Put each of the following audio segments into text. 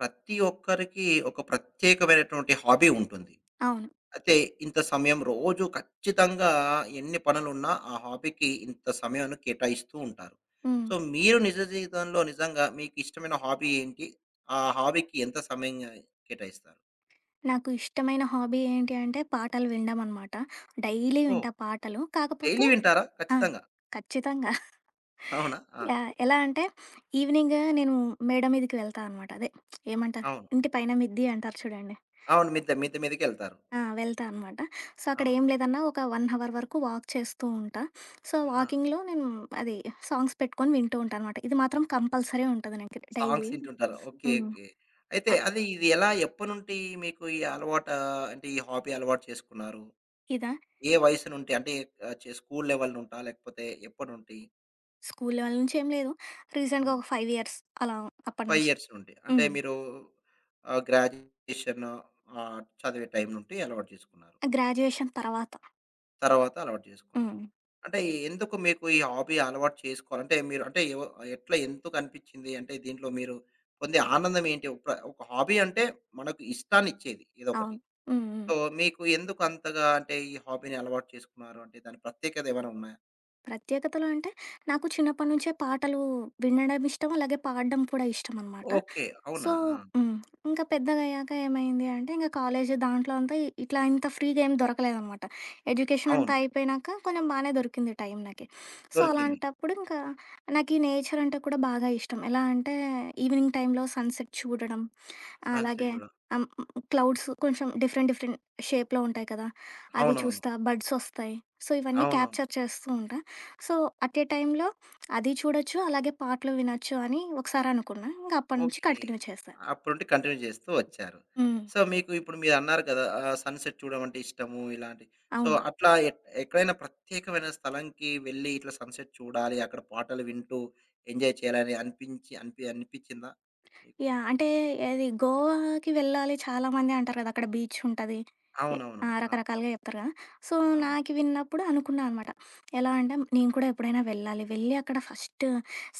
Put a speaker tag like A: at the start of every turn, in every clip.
A: ప్రతి ఒక్కరికి ఒక ప్రత్యేకమైనటువంటి హాబీ ఉంటుంది.
B: అవును.
A: అయితే ఇంత సమయం రోజు ఖచ్చితంగా ఎన్ని పనులున్నా ఆ హాబీకి ఇంత సమయాన్ని కేటాయిస్తూ ఉంటారు.
B: హ్మ్.
A: సో, మీరు నిజ జీవితంలో నిజంగా మీకు ఇష్టమైన హాబీ ఏంటి? ఆ హాబీకి ఎంత సమయం కేటాయిస్తారు?
B: నాకు ఇష్టమైన హాబీ ఏంటి అంటే పాటలు వినడం అనమాట. డైలీ
A: ఓహ్!
B: వింటా పాటలు. కాకపోతే
A: డైలీ వింటారా?
B: ఆ!
A: ఖచ్చితంగా.
B: ఖచ్చితంగా.
A: అవునా? ఆ!
B: ఎలా అంటే ఈవినింగ్ నేను మేడ మీదకి వెళ్తా అనమాట. అదే ఏమంటారు,
A: అవును.
B: ఇంటి పైన మిద్ది అంటారు చూడండి.
A: అవును. మిద్ద, మిద్ద మీదకెళ్తారు.
B: ఆ! వెళ్తా అనమాట. సో, అక్కడ
A: అవును.
B: ఏం లేదన్నా ఒక 1 అవర్ వరకు వాక్ చేస్తూ ఉంటా. సో,
A: ఆహా!
B: వాకింగ్‌లో నేను అది సాంగ్స్ పెట్టుకొని వింటూ ఉంటాననమాట. ఇది మాత్రం కంపల్సరీ ఉంటది నాకు
A: సాంగ్స్
B: డైలీ.
A: వింటుంటారు. ఓకే.
B: హ్మ్.
A: ఓకే. అయితే
B: ఆహ్,
A: అది ఇది ఎలా ఎప్పటి నుండి మీకు ఈ అలవాట అంటే ఈ హాబీ అలవాటు చేసుకున్నారు?
B: ఇదా,
A: ఏ వయసు నుండి? అంటే చే స్కూల్ లెవెల్ నుంటా? లేకపోతే ఎప్పటి నుండి?
B: స్కూల్ లెవెల్ నుంచి ఏం లేదు. రీసెంట్‌గా
A: హ్మ్.
B: ఒక 5 ఇయర్స్ అలా అప్పటి
A: 5
B: నుంచి.
A: ఇయర్స్ నుండి. అంటే
B: హ్మ్.
A: మీరు గ్రాడ్యుయేషన్ చదివే టైం నుండి అలవాటు చేసుకున్నారు.
B: గ్రాడ్యుయేషన్ తర్వాత.
A: తర్వాత అలవాటు చేసుకున్నారు.
B: హ్మ్.
A: అంటే ఎందుకు మీకు ఈ హాబీ అలవాటు చేసుకోవాలంటే మీరు అంటే ఎవ ఎట్లా ఎందుకు అనిపించింది? అంటే దీంట్లో మీరు పొందే ఆనందం ఏంటి? ఒక ఒక హాబీ అంటే మనకు ఇష్టాన్ని ఇచ్చేది ఏదోకటి.
B: అవును. హ్మ్. హ్మ్.
A: సో, మీకు ఎందుకు అంతగా అంటే ఈ హాబీని అలవాటు చేసుకున్నారు? అంటే దాని ప్రత్యేకత ఏమైనా ఉన్నాయా?
B: ప్రత్యేకతలు అంటే నాకు చిన్నప్పటి నుంచే పాటలు వినడం ఇష్టం. అలాగే పాడడం కూడా ఇష్టమనమాట.
A: ఓకే. అవునా!
B: సో,
A: ఆ!
B: హ్మ్. ఇంకా పెద్దగయ్యాక ఏమైంది అంటే, ఇంక కాలేజు దాంట్లో అంతా ఇట్లా ఇంత ఫ్రీగా ఏం దొరకలేదనమాట. ఎడ్యుకేషన్
A: అవును.
B: అంతా అయిపోయినాక కొంచెం బానే దొరికింది టైం నాకి. సో,
A: దొరికింది.
B: అలాంటప్పుడు ఇంకా నాకీ నేచర్ అంటే కూడా బాగా ఇష్టం. ఎలా అంటే, ఈవినింగ్ టైంలో సన్‌సెట్ చూడడం, అలాగే
A: సంశయజుడ.
B: క్లౌడ్స్ కొంచెం డిఫరెంట్, డిఫరెంట్ షేప్‌లో ఉంటాయి కదా! అవి
A: అవునవును.
B: చూస్తా, బర్డ్సొస్తాయి. సో, ఇవన్నీ
A: అవునవును.
B: క్యాప్చర్ చేస్తూ ఉంటా. సో, అట్ ఎ టైంలో అది చూడొచ్చు. అలాగే పాటలు వినొచ్చు అని ఒకసారనుకున్నా. ఇంక అప్పటి నుంచి
A: ఓకే.
B: కంటిన్యూ చేశా.
A: అప్పటి నుండి కంటిన్యూ చేస్తూ వచ్చారు.
B: హ్మ్.
A: సో, మీకు ఇప్పుడు మీరన్నారు కదా! సన్‌సెట్ చూడడం అంటే ఇష్టము ఇలాంటి. సో,
B: అవును.
A: అట్లా ఎ ఎక్కడైనా ప్రత్యేకమైన స్థలంకి వెళ్లి ఇట్లా సన్‌సెట్ చూడాలి, అక్కడ పాటలు వింటూ ఎంజాయ్ చేయాలని అనిపించిందా మీకు?
B: అంటే ఏది గోవాకి వెళ్ళాలి చాలామంది అంటారు కదా! అక్కడ బీచ్ ఉంటది. ఎ
A: అవునవును.
B: ఆ!
A: ఆ!
B: రకరకాలుగా చెప్తారు కదా! సో,
A: అవును.
B: నాకు విన్నప్పుడు అనుకున్నా అనమాట. ఎలా అంటే నేను కూడా ఎప్పుడైనా వెళ్ళాలి. వెళ్ళి అక్కడ ఫస్ట్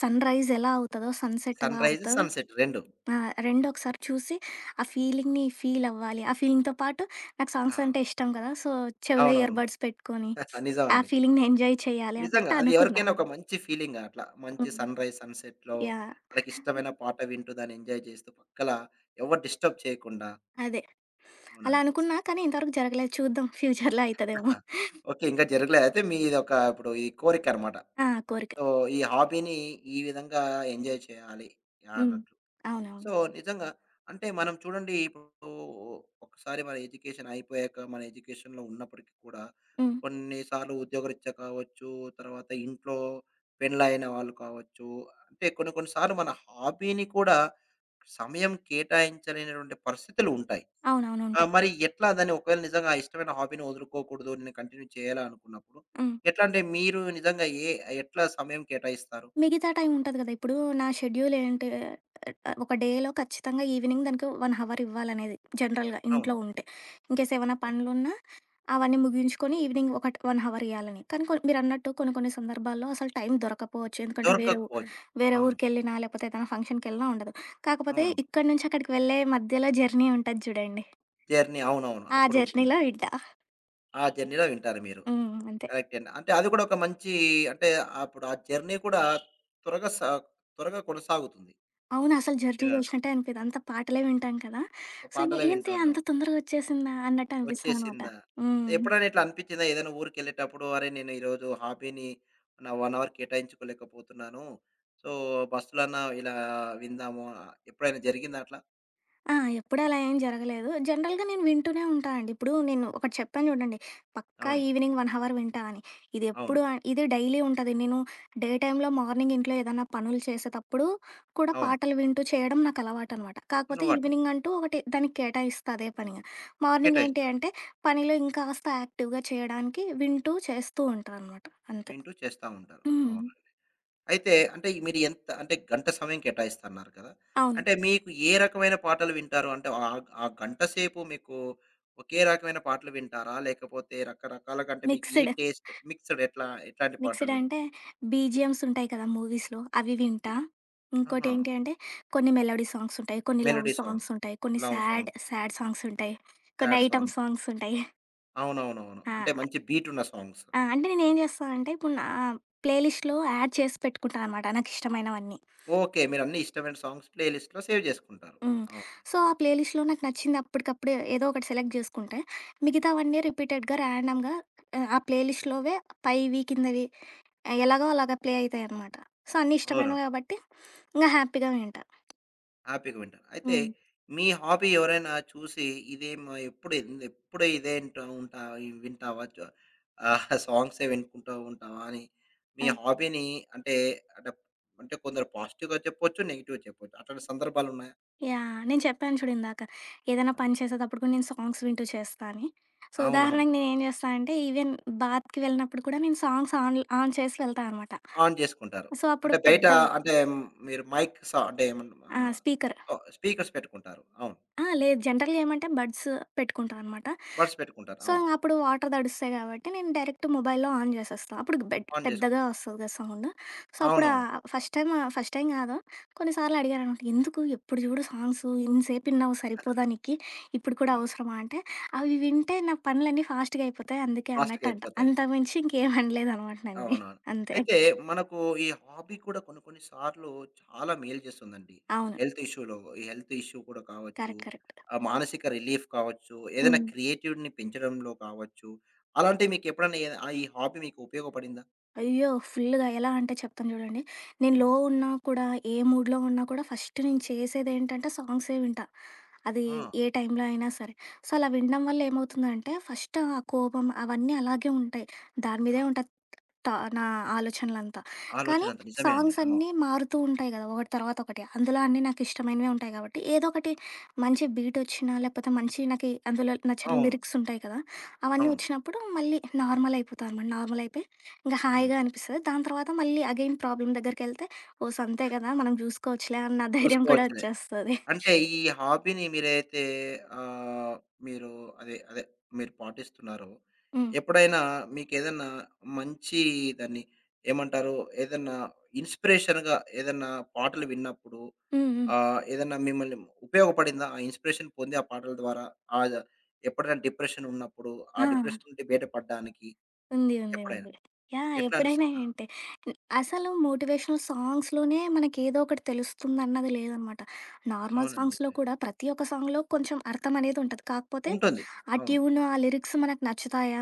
B: సన్‌రైజ్ ఎలా అవుతదో, సన్‌సెట్ ఎలా
A: సన్‌రైజ్,
B: అవుతదో
A: సన్‌సెట్ 2.
B: ఆ! 2 ఒకసారి చూసి ఆ ఫీలింగ్‌ని ఫీల్ అవ్వాలి. ఆ ఫీలింగ్‌తో పాటు నాకు సాంగ్స్
A: ఆ!
B: అంటే ఇష్టం కదా! సో, చెవిలో ఇయర్
A: అవునవును.
B: బడ్స్ పెట్టుకొని ఆ
A: నిజమండి.
B: ఫీలింగ్‌ని ఎంజాయ్ చేయాలి
A: నిజంగా.
B: అన్నట్టు
A: అది
B: అనుకున్నా.
A: ఎవరికైనా ఒక మంచి ఫీలింగ్ అట్లా. మంచి
B: హ్మ్.
A: Sunrise, సన్‌సెట్‌లో
B: yeah!
A: మనకిష్టమైన పాట వింటూ దాన్ని ఎంజాయ్ చేస్తూ పక్కల ఎవరు డిస్టర్బ్ చేయకుండా.
B: అదే. అలా
A: అవునండి.
B: అనుకున్నా, కానీ ఇంతవరకు జరగలేదు. చూద్దాం ఫ్యూచర్‌లో అయితదేమో.
A: ఓకే. ఇంకా జరగలేదు. అయితే మీదొక ఇప్పుడు ఈ కోరికనమాట.
B: ఆ! కోరిక.
A: సో, ఈ హాబీని ఈ విధంగా ఎంజాయ్ చేయాలి
B: హ్మ్.
A: అన్నట్లు. సో,
B: అవునవును.
A: నిజంగా అంటే మనం చూడండి ఇప్పుడు ఒకసారి మన ఎడ్యుకేషన్ అయిపోయాక మన ఎడ్యుకేషన్‌లో ఉన్నప్పటికి కూడా
B: హ్మ్.
A: కొన్నిసార్లు ఉద్యోగరీత్యా కావచ్చు, తర్వాత ఇంట్లో పెండ్లయిన వాళ్ళు కావచ్చు, అంటే కొన్ని కొన్ని సార్లు మన హాబీని కూడా సమయం కేటాయించలేనటువంటి పరిస్థితులు ఉంటాయి.
B: అవునవును. ఉంటాయి.
A: మరి ఎట్లా దాన్ని ఒకవేళ నిజంగా ఆ ఇష్టమైన హాబీని వదులుకోకూడదు, నేను కంటిన్యూ చేయాలా అనుకున్నప్పుడు
B: హ్మ్.
A: ఎట్లా అంటే మీరు నిజంగా ఏ ఎట్లా సమయం కేటాయిస్తారు?
B: మిగతా టైం ఉంటది గదా! ఇప్పుడు నా షెడ్యూల్ ఏంటి, ఒక డేలో ఖచ్చితంగా ఈవినింగ్ దానికి 1 హవర్ ఇవ్వాలనేది జనరల్‌గా
A: అవును.
B: ఇంట్లో ఉంటే. ఇన్‌కేస్ ఏవన్నా
A: అవును.
B: పనులున్నా అవన్నీ ముగించుకొని ఈవినింగ్ ఒక 1 హవర్ ఇయ్యాలని. కానీ మీరన్నట్టు కొన్ని కొన్ని సందర్భాల్లో అసలు టైం దొరకపోవచ్చు. ఎందుకంటే
A: దొరకకపోవచ్చు.
B: వేరే
A: అవును.
B: ఊరికెళ్ళినా, లేకపోతే ఏదైనా ఫంక్షన్‌కెళ్ళినా ఉండదు. కాకపోతే
A: అవును.
B: ఇక్కడి నుంచి అక్కడికి వెళ్ళే మధ్యలో జర్నీ ఉంటది జూడండి.
A: జర్నీ. అవునవును.
B: ఆ
A: అప్పుడుంటుంది.
B: జర్నీలో వింటా.
A: ఆ జర్నీలో వింటారు మీరు.
B: హ్మ్. అంతే.
A: కరెక్టే అండి. అంటే అది కూడా ఒక మంచి అంటే అప్పుడు ఆ జర్నీ కూడా త్వరగా సా త్వరగా కొనసాగుతుంది.
B: అవును. అసలు జర్నీ
A: వినడం.
B: జూసినట్టే అనిపియదు. అంతా పాటలే వింటాం కదా! సో, ఇంగ
A: పాటలే వింటూ
B: ఏంటి
A: ఉంటాం.
B: అంత తొందరగా ఒచ్చేసిందా అన్నట్టు అనిపిస్తదనమాట.
A: వచ్చేసిందా?
B: హ్మ్.
A: ఎప్పుడైనా ఇట్లా అనిపించిందా? ఏదైనా ఊరికెళ్ళేటప్పుడు అరే! నేను ఈరోజు హాబీని నా 1 అవర్ కేటాయించుకోలేకపోతున్నాను. సో, బస్సులన్నా ఇలా విందాము. ఎప్పుడైనా జరిగిందా అట్లా?
B: ఆ! ఎప్పుడూ అలా ఏం జరగలేదు. జనరల్‌గా నేను వింటూనే ఉంటా అండి. ఇప్పుడు నేను ఒకటి చెప్పాను చూడండి, పక్కా
A: అవును.
B: ఈవినింగ్ 1 అవర్ వింటా అని. ఇది
A: అవును.
B: ఎప్పుడు అన్ ఇది డైలీ ఉంటది. నేను డే టైమ్‌లో మార్నింగ్ ఇంట్లో ఏదన్నా పనులు చేసేతప్పుడు కూడా
A: అవును.
B: పాటలు వింటూ చేయడం నాకు అలవాటనమాట. కాకపోతే
A: అలవాటు.
B: ఈవినింగ్ అంటూ ఒకటి దానికి కేటాయిస్తా అదే పనిగా. మార్నింగ్ ఏంటి
A: కేటాయిస్తారు.
B: అంటే పనిలో ఇంకాస్త యాక్టివ్‌గా చేయడానికి వింటూ చేస్తూ ఉంటా అనమాట. అంతే.
A: వింటూ చేస్తా ఉంటారు.
B: హ్మ్.
A: అవును. అయితే అంటే ఈ మీరు ఎంత అంటే గంట సమయం కేటాయిస్తన్నారు కదా!
B: అవును.
A: అంటే మీకు ఏ రకమైన పాటలు వింటారు? అంటే ఆ గంట సేపు మీకు ఒకే రకమైన పాటలు వింటారా? లేకపోతే రకరకాలుగా అంటే మీకు ఏ
B: మిక్స్‌డ్.
A: టేస్ట్ మిక్స్‌డ్ ఎట్లా ఎట్లాంటి
B: మిక్స్‌డ్
A: పాటలు?
B: అంటే బీజీఎమ్స్ ఉంటాయి కదా! మూవీస్‌లో అవి
A: టి
B: వింటా.
A: ఆహా!
B: ఇంకోటేంటి అంటే
A: ఓకే.
B: కొన్ని మెలోడీ సాంగ్స్ ఉంటాయి. కొన్ని లవ్
A: మెలోడీ
B: సాంగ్స్
A: సాంగ్స్,
B: ఉంటాయి. కొన్ని
A: love
B: sad,
A: songs,
B: sad songs ఉంటాయి. కొన్ని
A: సాడ్
B: ఐటెమ్ ఆహా!
A: సాంగ్స్.
B: సాంగ్స్ ఉంటాయి.
A: అవునవునవును. అంటే
B: ఆ!
A: మంచి బీట్ ఉన్న సాంగ్స్.
B: ఆ! అంటే నేనేం చేస్తా అంటే ఇప్పుడు నా ప్లేలిస్ట్‌లో యాడ్ చేసి పెట్టుకుంటా అనమాట నాకిష్టమైనవన్నీ.
A: ఓకే. మీరన్నీ ఇష్టమైన సాంగ్స్ ప్లే లిస్ట్‌లో సేవ్ జేసుకుంటారు.
B: హ్మ్.
A: అవును.
B: సో, ఆ ప్లేలిస్ట్‌లో నాకు నచ్చింది అప్పటికప్పుడే ఏదో ఒకటి సెలెక్ట్ చేసుకుంటే, మిగతావన్నీ రిపీటెడ్‌గా ర్యాండమ్‌గా ఆ ప్లేలిస్ట్‌లోవే పైవి, కిందవి ఎలాగో అలాగా ప్లే అయితాయనమాట. సో, అన్నీ
A: అవును.
B: ఇష్టమైనవి కాబట్టి ఇంగ హ్యాపీగా వింటా.
A: హ్యాపీగా వింటారు. అయితే
B: హ్మ్.
A: మీ హాబీ ఎవరైనా చూసి ఇదేమో ఎప్పుడు ఎంద్ ఎప్పుడు ఇదే ఇంటా ఉంటావా వింటావా? చ సాంగ్సే వినుకుంటూ ఉంటావా? అని మీ
B: ఆ!
A: హాబీని అంటే అంటే అంటే కొందరు పాజిటివ్‌గా చెప్పొచ్చు, నెగెటివ్‌గా చెప్పొచ్చు. అట్లాంటి సందర్భాలున్నాయా?
B: యాహ్! నేను చెప్పాను చూడు ఇందాక. ఏదైనా
A: అవును.
B: పని చేసేటప్పుడు కూడా నేను సాంగ్స్ వింటూ చేస్తా అని. సో,
A: అవునవును.
B: ఉదాహరణకి నేనేం చేస్తా అంటే, ఈవెన్ బాత్‌కి వెళ్ళినప్పుడు కూడా నేను సాంగ్స్ ఆన్ ఆన్ చేసి వెళ్తా అనమాట.
A: ఆన్ చేసుకుంటారు.
B: సో, అప్పుడు
A: అంటే బయట
B: పెద్ద
A: అంటే మ్, మీరు మైక్ స అంటే ఏమన్
B: ఆ!
A: ఆహ్,
B: స్పీకర్.
A: ఓ స్పీకర్స్ పెట్టుకుంటారు. అవును.
B: ఆ! లేదు. జనరల్‌గా ఏమంటే బడ్స్ పెట్టుకుంటాననమాట.
A: బడ్స్ పెట్టుకుంటారు.
B: సో,
A: అవును.
B: ఇంక అప్పుడు వాటర్ తడుస్తాయి కాబట్టి నేను డైరెక్ట్ మొబైల్‌లో ఆన్ చేసేస్తా. అప్పుడు బెడ్
A: ఆన్
B: పెద్దగా
A: చేసుకున్నారు.
B: వస్తది కదా సౌండ్. సో, అప్పుడు
A: అవునవును.
B: ఫస్ట్ టైమ్ ఫస్ట్ టైమ్ కాదు కొన్నిసార్లు అడిగారనమాట. "ఎందుకు ఎప్పుడు చూడు సాంగ్స్ ఇంతసేపు విన్నావు, సరిపోదా నీకి? ఇప్పుడు కూడా
A: అవును.
B: అవసరమా?" అంటే, "అవి వింటే నా పనులన్నీ ఫాస్ట్‌గా అయిపోతాయి అందుకే"
A: ఫాస్ట్‌గా
B: అన్నట్టు అంట.
A: అయిపోతాయి.
B: అంతకు మించి ఇంకేం అనలేదనమాట నన్ని.
A: అవునవును.
B: అంతే.
A: అయితే మనకు ఈ హాబీ కూడా కొన్ని కొన్ని సార్లు చాలా మేలు చేస్తుందండి.
B: అవును.
A: హెల్త్ ఇష్యూలో ఈ హెల్త్ ఇష్యూ కూడా కావచ్చు,
B: కరెక్ట్. కరెక్ట్.
A: మానసిక రిలీఫ్ కావచ్చు, ఏదైనా
B: హ్మ్.
A: క్రియేటివిటీని పెంచడంలో కావచ్చు. అలాంటివి మీకు ఎప్పుడైనా ఏద ఈ హాబీ మీకు ఉపయోగపడిందా?
B: అయ్యో! ఫుల్‌గా. ఎలా అంటే చెప్తాను చూడండి. నేను లో
A: హ్మ్.
B: ఉన్నా కూడా, ఏ మూడ్‌లో ఉన్నా కూడా ఫస్ట్ నేను చేసేదేంటంటే సాంగ్సే వింటా. అది
A: ఆ!
B: ఏ టైంలో అయినా సరే. సో, అలా వినడం వల్ల ఏమవుతుందంటే ఫస్ట్ ఆ కోపం అవన్నీ అలాగే ఉంటాయి. దాని
A: ఆ!
B: మీదే ఉంటది. నా ఆలోచనలంతా. కానీ
A: ఆలోచనంత నిజమే అండి.
B: సాంగ్స్
A: అవును.
B: అన్నీ మారుతూ ఉంటాయి గదా! ఒకటి తర్వాత ఒకటి. అందులో అన్నీ నాకిష్టమైనవే ఉంటాయి గాబట్టి, ఏదో ఒకటి మంచి బీటొచ్చినా, లేకపోతే మంచి నాకి అందులో నచ్చిన
A: అవును.
B: లిరిక్స్ ఉంటాయి కదా! అవన్నీ
A: అవును.
B: వచ్చినప్పుడు మళ్ళీ నార్మల్ అయిపోతా అనమాట. నార్మల్ అయిపోయి ఇంక
A: హ్మ్.
B: హాయిగా అనిపిస్తది. దాని తర్వాత మళ్ళీ అగైన్ ప్రాబ్లమ్ దగ్గరికెళ్తే, ఓస్ అంతే గదా! మనం జూసుకోవచ్చులే అన్న ధైర్యం కూడా
A: చూసుకోవచ్చులే.
B: వచ్చేస్తది.
A: అంటే ఈ హాబీని మీరైతే ఆహ్, మీరు అదే మీరు పాటిస్తున్నారో,
B: హ్మ్.
A: ఎప్పుడైనా మీకేదన్నా మంచి దాన్ని ఏమంటారు? ఏదన్నా ఇన్‌స్పిరేషన్‌గా ఏదన్నా పాటలు విన్నప్పుడు
B: హ్మ్. హ్మ్.
A: ఏదన్నా మిమ్మల్ని ఉపయోగపడిందా? ఆ ఇన్‌స్పిరేషన్ పొంది ఆ పాటల ద్వారా ఆహ్, ఎప్పుడైనా డిప్రెషన్ ఉన్నప్పుడు, ఆ
B: ఆ!
A: డిప్రెషన్ నుండి బయటపడడానికి
B: ఉంది. ఉంది.
A: ఎప్పుడైనా
B: ఉంది. యాహ్!
A: ఎట్లాంటి స
B: ఎప్పుడైనా ఏంటే అసలు మోటివేషనల్ సాంగ్స్‌లోనే మనకేదో ఒకటి తెలుస్తుందన్నది లేదనమాట. నార్మల్
A: అవునండి.
B: సాంగ్స్‌లో
A: నిజమే.
B: కూడా ప్రతి ఒక్క సాంగ్‌లో కొంచెం అర్థం అనేది ఉంటది. కాకపోతే
A: ఉంటుంది.
B: ఆ
A: అవును.
B: ట్యూను, ఆ లిరిక్స్ మనకు నచ్చుతాయా?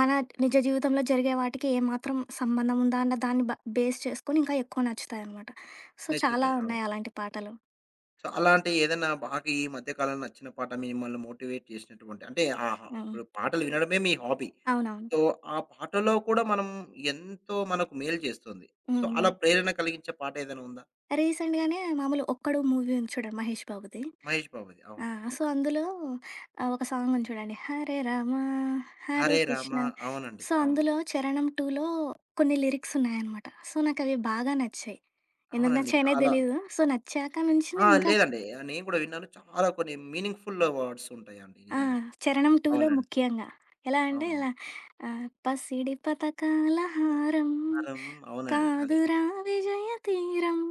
B: మన నిజ జీవితంలో జరిగే వాటికి ఏమాత్రం సంబంధం ఉందా? అన్న దాన్ని బేస్ చేసుకొని ఇంకా ఎక్కువ నచ్చుతాయనమాట. సో, చాలా
A: నచ్చుతాయి. అవును.
B: ఉన్నాయి అలాంటి పాటలు.
A: సో అలాంటి ఏదైనా బాగా ఈ మధ్య కాలంలో నచ్చిన పాట మిమ్మల్ని మోటివేట్ చేసినటువంటి అంటే ఆహా!
B: హ్మ్.
A: ఇప్పుడు పాటలు వినడమే మీ హాబీ.
B: అవునవును.
A: సో, ఆ పాటలో కూడా మనం ఎంతో మనకు మేలు చేస్తుంది. సో,
B: హ్మ్. హ్మ్.
A: అలా ప్రేరణ కలిగించే పాట ఏదైనా ఉందా?
B: రీసెంట్‌గానే మామూలు 'ఒక్కడు' మూవీ ఉంది చూడండి మహేష్ బాబుది.
A: మహేష్ బాబుది.
B: ఆ!
A: అవును.
B: సో, అందులో ఒక సాంగుంది చూడండి. 'హరే రామ హరే
A: 'హరే రామ'
B: కృష్ణ'.
A: అవునండి.
B: సో,
A: అవును.
B: అందులో 'చరణం 2లో' కొన్ని లిరిక్సున్నాయనమాట. సో, నాకవి బాగా నచ్చాయి. ఎందుకు
A: అవునండి.
B: నచ్చాయనే
A: చాలా
B: తెలీదు. సో, నచ్చాక నుంచి
A: ఆ!
B: నేనింకా
A: లేదండి. నేను కూడా విన్నాను. చాలా కొన్ని మీనింగ్‌ఫుల్ వర్డ్స్ ఉంటాయండి
B: ఆ!
A: నిజంగా.
B: 'చరణం 2లో'
A: అవునండి.
B: ముఖ్యంగా. ఎలా అంటే
A: అవును.
B: ఇలా పసిడి పతకాల హారం
A: 'రం' అవునండి. అదే.
B: కాదురా, విజయ తీరం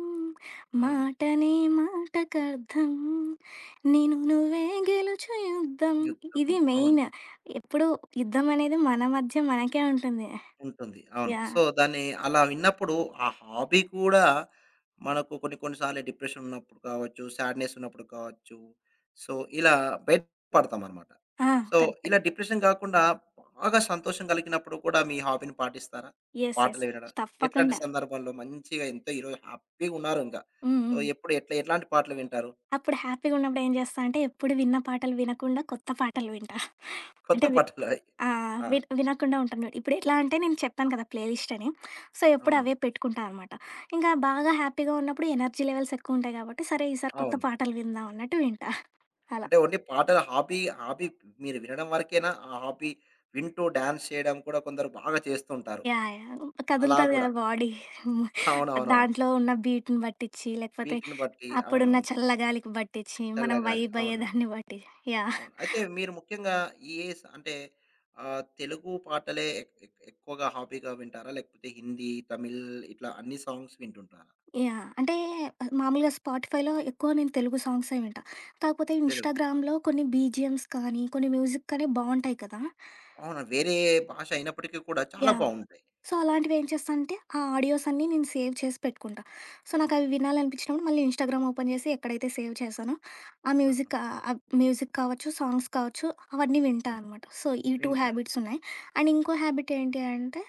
A: అవును.
B: మాటనే మాటకర్థం నేను నువ్వే గెలుచు యుద్ధం.
A: యుద్ధం.
B: ఇది
A: అవును.
B: మెయిన్. ఎప్పుడు యుద్ధం అనేది మన మధ్య మనకే ఉంటుంది.
A: ఉంటుంది. అవును.
B: యా
A: సో, దాన్ని అలా విన్నప్పుడు ఆ హాబీ కూడా మనకు కొన్ని కొన్ని సార్లు డిప్రెషన్ ఉన్నప్పుడు కావచ్చు, సాడ్‌నెస్ ఉన్నప్పుడు కావచ్చు, సో, ఇలా బయట పడతామనమాట. So,
B: correct.
A: ఇలా డిప్రెషన్ కాకుండా బాగా సంతోషం కలిగినప్పుడు కూడా మీ హాబీని పాటిస్తారా?
B: ఎస్ ఎస్
A: పాటలు వినడం. ఎట్లాంటి
B: తప్పకుండా.
A: సందర్భాల్లో మంచిగా ఎంతో ఈరోజు హ్యాపీగా ఉన్నారు ఇంకా.
B: Um,
A: so,
B: um.
A: ఎప్పుడు ఎట్లా ఎట్లాంటి పాటలు వింటారు?
B: అప్పుడు హ్యాపీగా ఉన్నప్పుడు ఏం చేస్తా అంటే ఎప్పుడు విన్న పాటలు వినకుండా కొత్త పాటలు వింటా.
A: కొత్త
B: అంటే
A: పాటలా?
B: ఆ!
A: ఆ!
B: వినకుండా ఉంటున్నాడు. ఇప్పుడెట్లా అంటే నేను చెప్పాను కదా! ప్లే లిస్ట్ అని. సో, ఎప్పుడు
A: అవును.
B: అవే పెట్టుకుంటా అనమాట. ఇంకా బాగా హ్యాపీగా ఉన్నప్పుడు ఎనర్జీ లెవెల్స్ ఎక్కువుంటాయి కాబట్టి, సరే ఈసారి కొత్త
A: అవును.
B: పాటలు విందాం అన్నట్టు వింటా. అలా.
A: అంటే ఓన్లీ పాటలు హాబీ హాబీ మీరు వినడం వరకేనా? ఆ హాబీ వింటూ డాన్స్ చేయడం కూడా కొందరు బాగా చేస్తుంటారు.
B: యాహ్! యాహ్!
A: అలా
B: కదులుతది
A: గూడా.
B: కదా బాడీ.
A: అవునవునవును.
B: దాంట్లో ఉన్న బీట్‌ని బట్టిచ్చి, లేకపోతే
A: బీట్‌ని బట్టి.
B: అప్పుడున్న
A: అవునవును.
B: చల్లగాలికి బట్టిచ్చి, మనం
A: చల్లగాలి.
B: వైబ్
A: అవునండి.
B: అయ్యేదాన్ని బట్టి. యాహ్!
A: అవును. అయితే మీరు ముఖ్యంగా ఏ స్ అంటే తెలుగు పాటలే ఎక్ ఎక్ ఎక్కువగా హాబీగా వింటారా? లేకపోతే హిందీ, తమిళ్ ఇట్లా అన్ని సాంగ్స్ వింటుంటారా?
B: యాహ్! అంటే మామూలుగా స్పాటిఫైలో ఎక్కువ నేను తెలుగు సాంగ్సే వింటా. కాకపోతే
A: తెలుగు.
B: ఇన్‌స్టాగ్రామ్‌లో కొన్ని బీజీఎమ్స్ కానీ, కొన్ని మ్యూజిక్ కానీ బావుంటాయి కదా!
A: అవునా? వేరే భాష అయినప్పటికీ కూడా చాలా
B: యాహ్!
A: బావుంటాయి.
B: సో, అలాంటివి ఏం చేస్తా అంటే, ఆ ఆడియోస్ అన్నీ నేను సేవ్ చేసి పెట్టుకుంటా. సో, నాకవి వినాలనిపించినప్పుడు మళ్ళీ ఇన్‌స్టాగ్రామ్ ఓపెన్ చేసి ఎక్కడైతే సేవ్ చేశానో, ఆ
A: ఆహా!
B: మ్యూజిక్, మ్యూజిక్ కావచ్చు, సాంగ్స్ కావచ్చు, అవన్నీ వింటా
A: హ్మ్.
B: అనమాట. సో, ఈ 2
A: వింటారు.
B: హ్యాబిట్స్ ఉన్నాయి. అండ్ ఇంకో హ్యాబిట్ ఏంటి అంటే,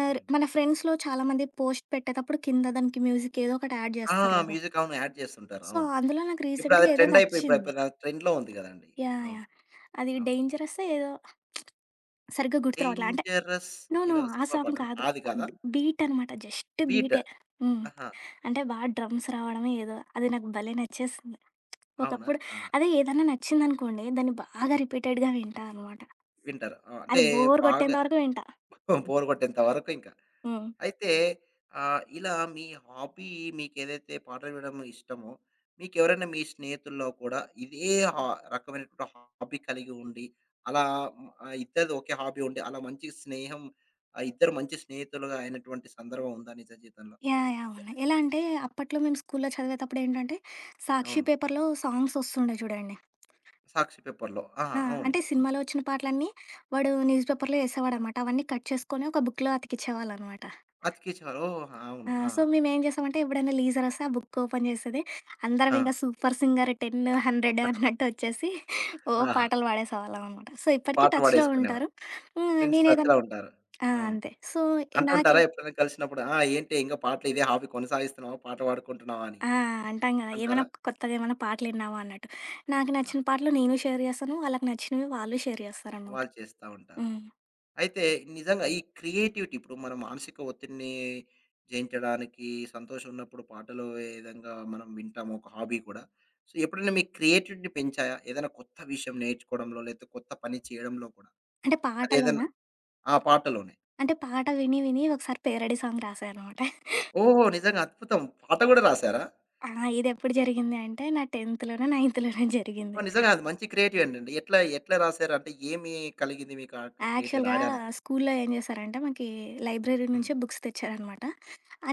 A: హ్మ్.
B: మన ఫ్రెండ్స్‌లో చాలామంది పోస్ట్ పెట్టేటప్పుడు కింద దానికి మ్యూజిక్ ఏదో ఒకటి యాడ్
A: ఆ!
B: చేస్తారు కదా!
A: మ్యూజిక్ అవును యాడ్ చేస్తుంటారు.
B: సో,
A: అవును.
B: అందులో నాకు
A: ఇప్పుడది
B: రీసెంట్‌గా ఏదో
A: ట్రెండ్ అయిపోయి ఇప్పుడు
B: నచ్చింది.
A: ఇప్పుడు ట్రెండ్‌లో ఉంది గదండీ.
B: యాహ్!
A: అవును.
B: యాహ్! అది
A: అవును.
B: డేంజరస్సో ఏదో, సరిగ్గా గుర్తురావట్లే.
A: 'Dangerous'
B: no. నో.
A: ఏదో
B: ఆ
A: సినిమా
B: సాంగ్
A: పాటనా?
B: కాదు.
A: అది కాదా?
B: బీట్ అనమాట. జస్ట్
A: 'బీట్'
B: బీటే. హ్మ్.
A: ఆహా!
B: అంటే డ్రమ్స్ రావడమో ఏదో అది నాకు భలే నచ్చేసింది.
A: అవునా?
B: ఒకప్పుడు
A: ఆ!
B: అదే ఏదన్నా నచ్చిందనుకోండి దాన్ని బాగా రిపీటెడ్‌గా వింటా అనమాట.
A: వింటారు. ఆ! అంటే
B: అది బోర్
A: బాగా
B: కొట్టేంత వరకు వింటా.
A: బోర్ కొట్టేంత వరకు ఇంకా.
B: హ్మ్.
A: అయితే ఇలా మీ హాబీ మీకేదైతే పాటలు వినడం ఇష్టమో, మీకెవరైనా మీ స్నేహితుల్లో కూడా ఇదే హా రకమైనటువంటి హాబీ కలిగి ఉండి, అలా హ్మ్, ఇద్దరిది ఒకే హాబీ ఉండి, అలా మంచి స్నేహం ఇద్దరు మంచి స్నేహితులుగా అయినటువంటి సందర్భం ఉందా నిజ జీవితంలో?
B: యాహ్! యాహ్! ఉన్నాయి. ఎలా అంటే అప్పట్లో మేము స్కూల్లో చదివేతప్పుడు ఏంటంటే సాక్షి
A: అవును.
B: పేపర్‌లో సాంగ్స్ వస్తుండే చూడండి.
A: సాక్షి పేపర్‌లో. ఆహా!
B: ఆ!
A: అవును.
B: అంటే
A: హ్మ్.
B: సినిమాలో వచ్చిన పాటలన్నీ వాడు న్యూస్ పేపర్‌లో ఏసేవాడనమాట. అవన్నీ కట్ చేసుకొని ఒక బుక్‌లో అతికిచ్చేవాళ్ళనమాట.
A: అతికించేవారు. ఓహ్! అవును.
B: ఆ!
A: ఆ!
B: సో, మేమేం చేసామంటే ఎప్పుడైనా లీజరొస్తే ఆ బుక్ ఓపెన్ చేసేది. అందరం
A: ఆ!
B: ఇంక 'సూపర్ సింగర్ 10, 100' అన్నట్టు వచ్చేసి ఓ
A: ఆహా!
B: పాటలు పాడేసేవాళ్ళం అనమాట. సో, ఇప్పటికి
A: పాటలు
B: టచ్‌లో
A: పాడేసుకునేవారు.
B: ఉంటారు. హ్మ్.
A: ఫ్రెండ్స్ టచ్‌లో ఉంటారు.
B: ఆ!
A: అవును.
B: అంతే. సో, నాకే
A: అంటుంటారా ఎప్పుడైనా కలిసినప్పుడు, "ఆ! ఏంటి ఇంకా పాటలు ఇదే హాబీ కొనసాగిస్తున్నావా? పాటలు పాడుకుంటున్నావా?" అని
B: ఆ! అంటాం కదా!
A: అంటారా?
B: ఏమైనా కొత్తగా ఏమైనా పాటలు విన్నామా అన్నట్టు. నాకు
A: ఆ!
B: నచ్చిన పాటలు నేను షేర్ చేస్తాను. వాళ్ళకి నచ్చినవి వాళ్ళు షేర్ చేస్తారనమాట.
A: వాళ్ళు చేస్తా ఉంటారు.
B: హ్మ్.
A: అయితే నిజంగా ఈ క్రియేటివిటీ ఇప్పుడు మన మానసిక ఒత్తిడిని జయించడానికి సంతోషం ఉన్నప్పుడు పాటలు ఏ విధంగా మనం వింటామో ఒక హాబీ కూడా. సో, ఎప్పుడైనా మీ క్రియేటివిటీని పెంచాయా? ఏదైనా కొత్త విషయం నేర్చుకోవడంలో, లేకపోతే కొత్త పని చేయడంలో కూడా?
B: అంటే పాటలోనా?
A: అదేదన్నా ఆ పాటలోనే.
B: అంటే పాట విని విని ఒకసారి పేరడీ సాంగ్ రాశాననమాట.
A: ఓహో! నిజంగా అద్భుతం. పాట గూడా రాసారా?
B: ఆ! ఇదెప్పుడు జరిగింది అంటే నా 10థ్‌లోనో, 9థ్‌లోనో జరిగింది.
A: ఓహ్! నిజంగా అది మంచి క్రియేటివేనండి. ఎట్లా ఎట్లా రాసారు? అంటే ఏమి కలిగింది మీకు ఆ క్రియేటివ్
B: యాక్చువల్‌గా
A: రాయడానికి?
B: స్కూల్లో ఏం చేశారంటే, మాకీ లైబ్రరీ
A: హ్మ్.
B: నుంచే బుక్స్ తెచ్చారనమాట.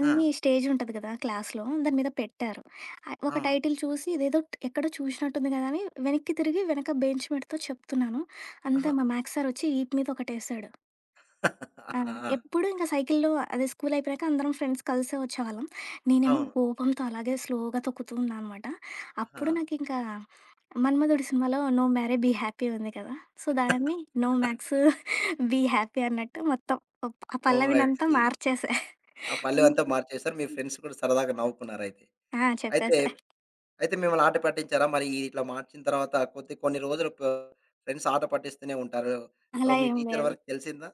A: ఆ!
B: ఆ! స్టేజ్ ఉంటది కదా క్లాస్‌లో, దాని మీద పెట్టారు. ఒక
A: అవును.
B: టైటిల్ చూసి ఇదేదో ఎక్కడో చూసినట్టుంది కదా అని వెనక్కి తిరిగి వెనక బెంచ్ మేట్‌తో చెప్తున్నాను.
A: ఆహా!
B: అంతే మా మ్యాథ్స్ సారొచ్చి వీపు మీద ఒకటేశాడు. ఆ!
A: ఆ!
B: ఎప్పుడు ఇంక సైకిల్‌లో అదే స్కూల్ అయిపోయాక అందరం ఫ్రెండ్స్ కలిసే వచ్చేవాళ్ళం. నేనేమో
A: అవును.
B: కోపంతో అలాగే స్లోగా తొక్కుతూ ఉన్నా అనమాట.
A: ఆ!
B: అప్పుడు నాకింకా 'మన్మధుడు' సినిమాలో 'నో మ్యారే బీ హ్యాపీ' ఉంది కదా! సో, దాన్ని 'నో మ్యాక్స్ బీ హ్యాపీ' అన్నట్టు మొత్తం ఆ
A: ఓహ్! I
B: పల్లవినంతా
A: see.
B: మార్చేశా.
A: ఆ పల్లెం అంతా మార్చేసారు. మీ ఫ్రెండ్స్ కూడా సరదాగా నవ్వుకున్నారయితే.
B: ఆ!
A: అయితే
B: చెప్పేసా.
A: అయితే అయితే మిమ్మల్ని ఆట పట్టించారా? మరి ఈ ఇట్లా మార్చిన తర్వాత కొద్ది కొన్ని రోజులు ప ఫ్రెండ్స్ ఆట పట్టిస్తూనే ఉంటారు. సో,
B: అలా
A: మీ
B: ఏం
A: టీచర్
B: లేదు.
A: వరకు తెలిసిందా?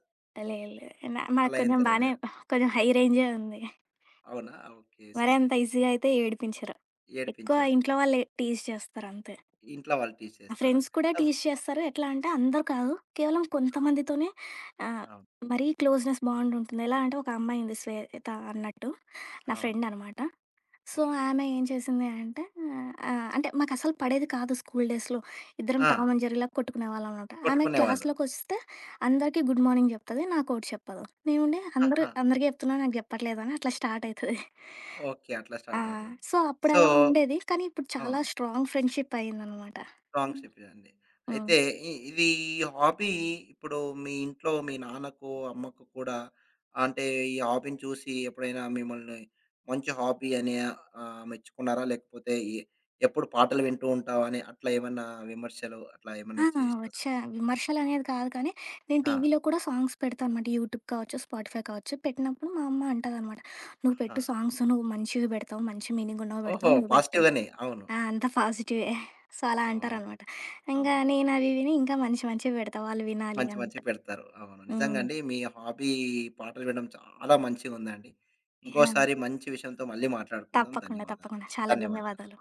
B: లేదు లేదు. నాకు
A: అలా ఏం
B: కొంచెం బానే
A: తెలవలేదా?
B: కొంచెం హై రేంజే ఉంది.
A: అవునా? ఓకే. సే
B: మరీ అంత ఈజీగా అయితే ఏడిపించరు. ఎక్కువ
A: ఏడిపించారు.
B: ఇంట్లో వాళ్ళే టీజ్ చేస్తారంతే.
A: ఇంట్లో వాళ్ళు టీచ్ చేస్తారా?
B: ఫ్రెండ్స్ కూడా
A: సో
B: టీజ్ చేస్తారు. ఎట్లా అంటే అందరూ కాదు. కేవలం కొంతమందితోనే ఆహ్,
A: అవును.
B: మరీ క్లోజ్‌నెస్ బాండ్ ఉంటుంది. ఎలా అంటే ఒక అమ్మాయి ఉంది శ్వేత అన్నట్టు. నా
A: అవును.
B: ఫ్రెండ్ అనమాట. So,
A: okay.
B: ఆమె ఏం చేసింది అంటే అంటే మాకసలు పడేది కాదు స్కూల్ డేస్‌లో. ఇద్దరం
A: ఆ!
B: టామ్ అండ్ జెర్రీలా కొట్టుకునేవాళ్ళం అనమాట. ఆమె అవును.
A: కొట్టుకునేవాళ్ళు.
B: క్లాస్‌లోకొస్తే అందరికీ గుడ్ మార్నింగ్ చెప్తది. నాకోటి చెప్పదు. నేనుండి అందరూ
A: ఆహా!
B: అందరికీ చెప్తున్నా నాకు చెప్పట్లేదు అని అట్లా స్టార్ట్ అయితది.
A: ఓకే. అట్లా
B: ఆ!
A: స్టార్ట్ అవుతుంది.
B: సో,
A: సో
B: అప్పుడలా ఉండేది. కానీ ఇప్పుడు
A: అవును.
B: చాలా స్ట్రాంగ్ ఫ్రెండ్‌షిప్ అయిందనమాట.
A: సాంగ్స్
B: హ్మ్.
A: చెప్పేదండి.
B: హ్మ్.
A: అయితే ఇ ఇది హాబీ ఇప్పుడు మీ ఇంట్లో మీ నాన్నకు, అమ్మకు కూడా అంటే ఈ హాబీని చూసి ఎప్పుడైనా మిమ్మల్ని మంచి హాబీ అని మెచ్చుకున్నారా? లేకపోతే ఎ ఎప్పుడు పాటలు వింటూ ఉంటావు అని అట్లా ఏమన్నా విమర్శలు అట్లా ఏమన్నా
B: ఆ!
A: చేసినా?
B: వచ్చా విమర్శలనేది కాదు కానీ, నేను
A: ఆ!
B: టీవీలో కూడా సాంగ్స్ పెడతా అనమాట. యూట్యూబ్ కావచ్చు, స్పాటిఫై కావచ్చు. పెట్టినప్పుడు మా అమ్మ అంటదనమాట, "నువ్వు
A: ఆహా!
B: పెట్టు సాంగ్స్. నువ్వు మంచివి పెడతావు. మంచి మీనింగున్నవి
A: ఓహో!
B: పెడతావు. నువ్వు పెట్టు."
A: పాజిటివ్ గానే. అవును.
B: ఆ! అంతా పాజిటివే. సో, అలా
A: అవును.
B: అంటారనమాట. ఇంగా
A: అవును.
B: నేను అవి విని ఇంకా మంచి మంచివి పెడతా. వాళ్ళు వినాలి
A: మంచి
B: అన్నట్టు.
A: మంచివి పెడతారు. అవును. నిజంగా
B: హ్మ్.
A: అండి. మీ హాబీ పాటలు వినడం చాలా మంచిగుందండి.
B: యాహ్!
A: ఇంకోసారి మంచి విషయంతో మళ్ళీ మాట్లాడుకుందాం.
B: తప్పకుండా.
A: ధన్యవాదాలు.
B: తప్పకుండా. చాలా
A: ధన్యవాదాలు.
B: ధన్యవాదాలు.